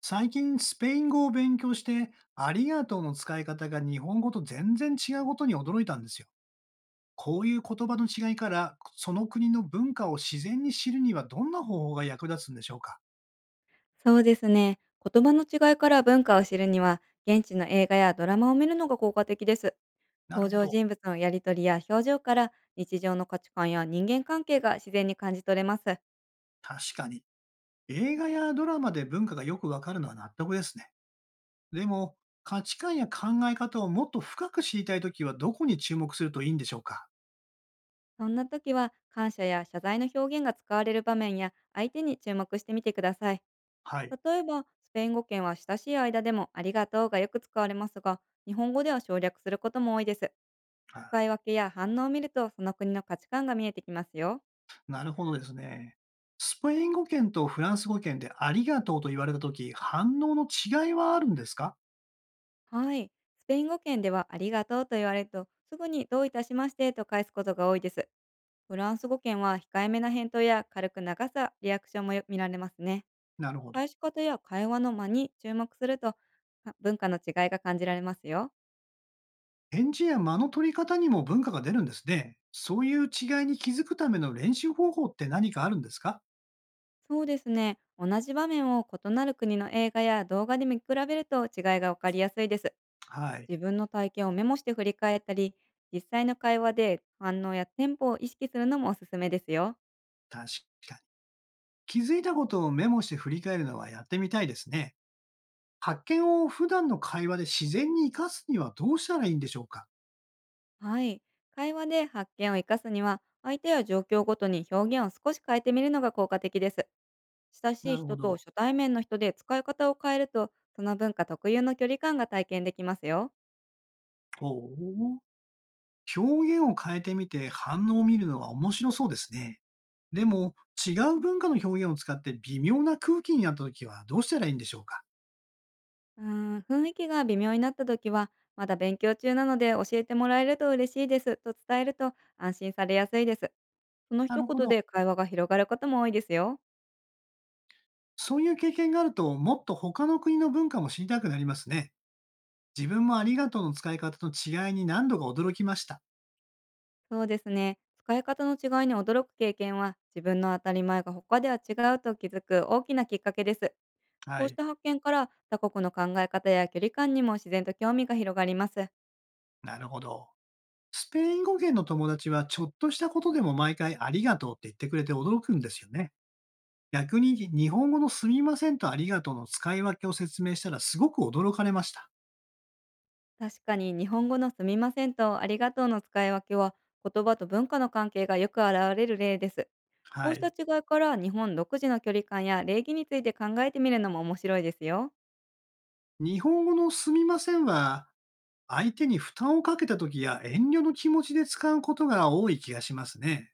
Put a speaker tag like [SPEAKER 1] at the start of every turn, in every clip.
[SPEAKER 1] 最近スペイン語を勉強して、ありがとうの使い方が日本語と全然違うことに驚いたんですよ。こういう言葉の違いから、その国の文化を自然に知るにはどんな方法が役立つんでしょうか？
[SPEAKER 2] そうですね。言葉の違いから文化を知るには、現地の映画やドラマを見るのが効果的です。
[SPEAKER 1] なる
[SPEAKER 2] 登
[SPEAKER 1] ほ
[SPEAKER 2] 場
[SPEAKER 1] ど。
[SPEAKER 2] 人物のやりとりや表情から、日常の価値観や人間関係が自然に感じ取れます。
[SPEAKER 1] 確かに。映画やドラマで文化がよくわかるのは納得ですね。でも、価値観や考え方をもっと深く知りたいときはどこに注目するといいんでしょうか？
[SPEAKER 2] そんな時は、感謝や謝罪の表現が使われる場面や、相手に注目してみてください。
[SPEAKER 1] はい。
[SPEAKER 2] 例えば、スペイン語圏は親しい間でもありがとうがよく使われますが、日本語では省略することも多いです。使い分けや反応を見ると、その国の価値観が見えてきますよ。
[SPEAKER 1] なるほどですね。スペイン語圏とフランス語圏でありがとうと言われたとき、反応の違いはあるんですか？
[SPEAKER 2] はい。スペイン語圏ではありがとうと言われると、すぐにどういたしましてと返すことが多いです。フランス語圏は控えめな返答や軽く長さ、リアクションもよ見られますね。
[SPEAKER 1] なるほど。
[SPEAKER 2] 返し方や会話の間に注目すると、文化の違いが感じられますよ。
[SPEAKER 1] 返事や間の取り方にも文化が出るんですね。そういう違いに気づくための練習方法って何かあるんですか？
[SPEAKER 2] そうですね。同じ場面を異なる国の映画や動画で見比べると違いがわかりやすいです。
[SPEAKER 1] はい。
[SPEAKER 2] 自分の体験をメモして振り返ったり、実際の会話で反応やテンポを意識するのもおすすめですよ。
[SPEAKER 1] 確かに。気づいたことをメモして振り返るのはやってみたいですね。発見を普段の会話で自然に活かすにはどうしたらいいんでしょうか？
[SPEAKER 2] はい。会話で発見を生かすには、相手や状況ごとに表現を少し変えてみるのが効果的です。親しい
[SPEAKER 1] なるほ
[SPEAKER 2] 人と
[SPEAKER 1] ど。
[SPEAKER 2] 初対面の人で使い方を変えると、その文化特有の距離感が体験できますよ。
[SPEAKER 1] ほう。表現を変えてみて反応を見るのは面白そうですね。でも、違う文化の表現を使って微妙な空気になった時はどうしたらいいんでしょうか？
[SPEAKER 2] うー雰囲気が微妙になった時は、まだ勉強中なので教えてもらえると嬉しいですと伝えると安心されやすいです。その
[SPEAKER 1] な
[SPEAKER 2] 一
[SPEAKER 1] るほ
[SPEAKER 2] 言
[SPEAKER 1] ど。
[SPEAKER 2] で会話が広がることも多いですよ。
[SPEAKER 1] そういう経験があると、もっと他の国の文化も知りたくなりますね。自分もありがとうの使い方の違いに何度か驚きました。
[SPEAKER 2] そうですね。使い方の違いに驚く経験は、自分の当たり前が他では違うと気づく大きなきっかけです。
[SPEAKER 1] は
[SPEAKER 2] こうし
[SPEAKER 1] い。
[SPEAKER 2] た発見から他国の考え方や距離感にも自然と興味が広がります。
[SPEAKER 1] なるほど。スペイン語圏の友達はちょっとしたことでも毎回ありがとうって言ってくれて驚くんですよね。逆に日本語のすみませんとありがとうの使い分けを説明したらすごく驚かれました。
[SPEAKER 2] 確かに、日本語のすみませんとありがとうの使い分けは、言葉と文化の関係がよく現れる例です。こ
[SPEAKER 1] は
[SPEAKER 2] うした
[SPEAKER 1] い。
[SPEAKER 2] 違いから、日本独自の距離感や礼儀について考えてみるのも面白いですよ。
[SPEAKER 1] 日本語のすみませんは相手に負担をかけた時や遠慮の気持ちで使うことが多い気がしますね。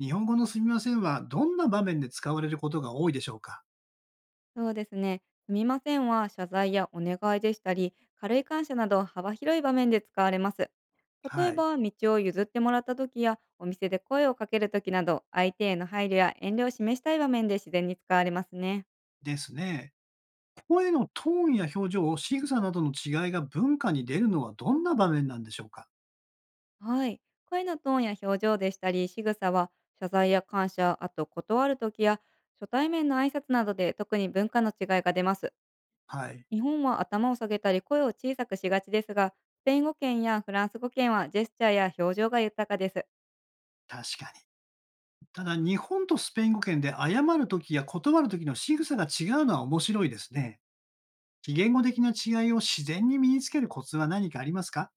[SPEAKER 1] 日本語のすみませんはどんな場面で使われることが多いでしょうか？
[SPEAKER 2] そうですね。すみませんは謝罪やお願いでしたり、軽い感謝など幅広い場面で使われます。例
[SPEAKER 1] は
[SPEAKER 2] え
[SPEAKER 1] い。
[SPEAKER 2] ば、道を譲ってもらった時や、お店で声をかける時など、相手への配慮や遠慮を示したい場面で自然に使われますね。
[SPEAKER 1] ですね。声のトーンや表情、仕草などの違いが文化に出るのはどんな場面なんでしょうか？
[SPEAKER 2] はい。声のトーンや表情でしたり、仕草は、謝罪や感謝、あと断る時や、初対面の挨拶などで特に文化の違いが出ます。
[SPEAKER 1] はい。
[SPEAKER 2] 日本は頭を下げたり声を小さくしがちですが、スペイン語圏やフランス語圏はジェスチャーや表情が豊かです。
[SPEAKER 1] 確かに。ただ、日本とスペイン語圏で謝るときや断るときの仕草が違うのは面白いですね。非言語的な違いを自然に身につけるコツは何かありますか？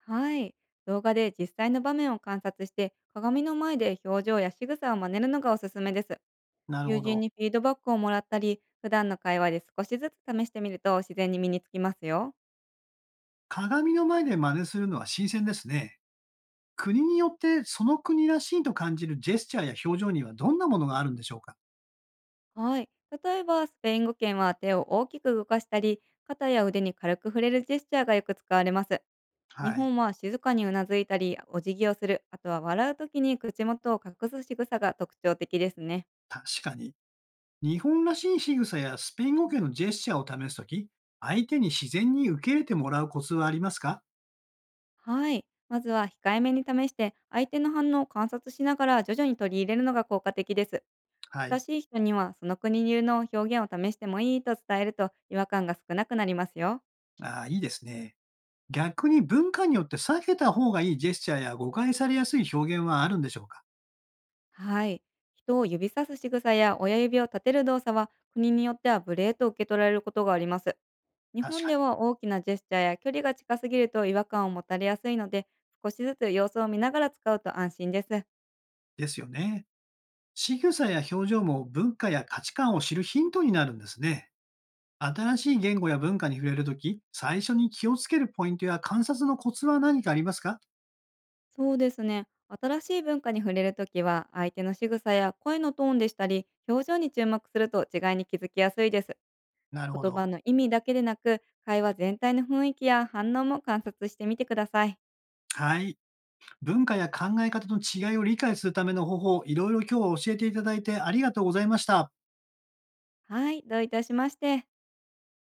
[SPEAKER 2] はい。動画で実際の場面を観察して、鏡の前で表情や仕草を真似るのがおすすめです。
[SPEAKER 1] なる
[SPEAKER 2] 友
[SPEAKER 1] ほ
[SPEAKER 2] 人
[SPEAKER 1] ど。
[SPEAKER 2] にフィードバックをもらったり、普段の会話で少しずつ試してみると自然に身につきますよ。
[SPEAKER 1] 鏡の前で真似するのは新鮮ですね。国によってその国らしいと感じるジェスチャーや表情にはどんなものがあるんでしょうか？
[SPEAKER 2] はい。例えば、スペイン語圏は手を大きく動かしたり、肩や腕に軽く触れるジェスチャーがよく使われます。日
[SPEAKER 1] はい、
[SPEAKER 2] 本は静かにうなずいたり、お辞儀をする、あとは笑う時に口元を隠す仕草が特徴的ですね。
[SPEAKER 1] 確かに。日本らしい仕草やスペイン語系のジェスチャーを試すとき、相手に自然に受け入れてもらうコツはありますか？
[SPEAKER 2] はい。まずは控えめに試して、相手の反応を観察しながら徐々に取り入れるのが効果的です。
[SPEAKER 1] はい。
[SPEAKER 2] 親しい人にはその国流の表現を試してもいいと伝えると、違和感が少なくなりますよ。
[SPEAKER 1] ああ、いいですね。逆に文化によって避けた方がいいジェスチャーや誤解されやすい表現はあるんでしょうか？
[SPEAKER 2] はい。人を指さす仕草や親指を立てる動作は、国によっては無礼と受け取られることがあります。日
[SPEAKER 1] 確
[SPEAKER 2] 本
[SPEAKER 1] か
[SPEAKER 2] では大きなジェスチャーや距離が近すぎると違和感を持たれやすいので、少しずつ様子を見ながら使うと安心です。
[SPEAKER 1] に。ですよね。仕草や表情も文化や価値観を知るヒントになるんですね。新しい言語や文化に触れるとき、最初に気をつけるポイントや観察のコツは何かありますか？
[SPEAKER 2] そうですね。新しい文化に触れるときは、相手の仕草や声のトーンでしたり、表情に注目すると違いに気づきやすいです。
[SPEAKER 1] なるほ
[SPEAKER 2] 言
[SPEAKER 1] ど。
[SPEAKER 2] 葉の意味だけでなく、会話全体の雰囲気や反応も観察してみてください。
[SPEAKER 1] はい。文化や考え方の違いを理解するための方法、いろいろ今日は教えていただいてありがとうございました。
[SPEAKER 2] はい、どういたしまして。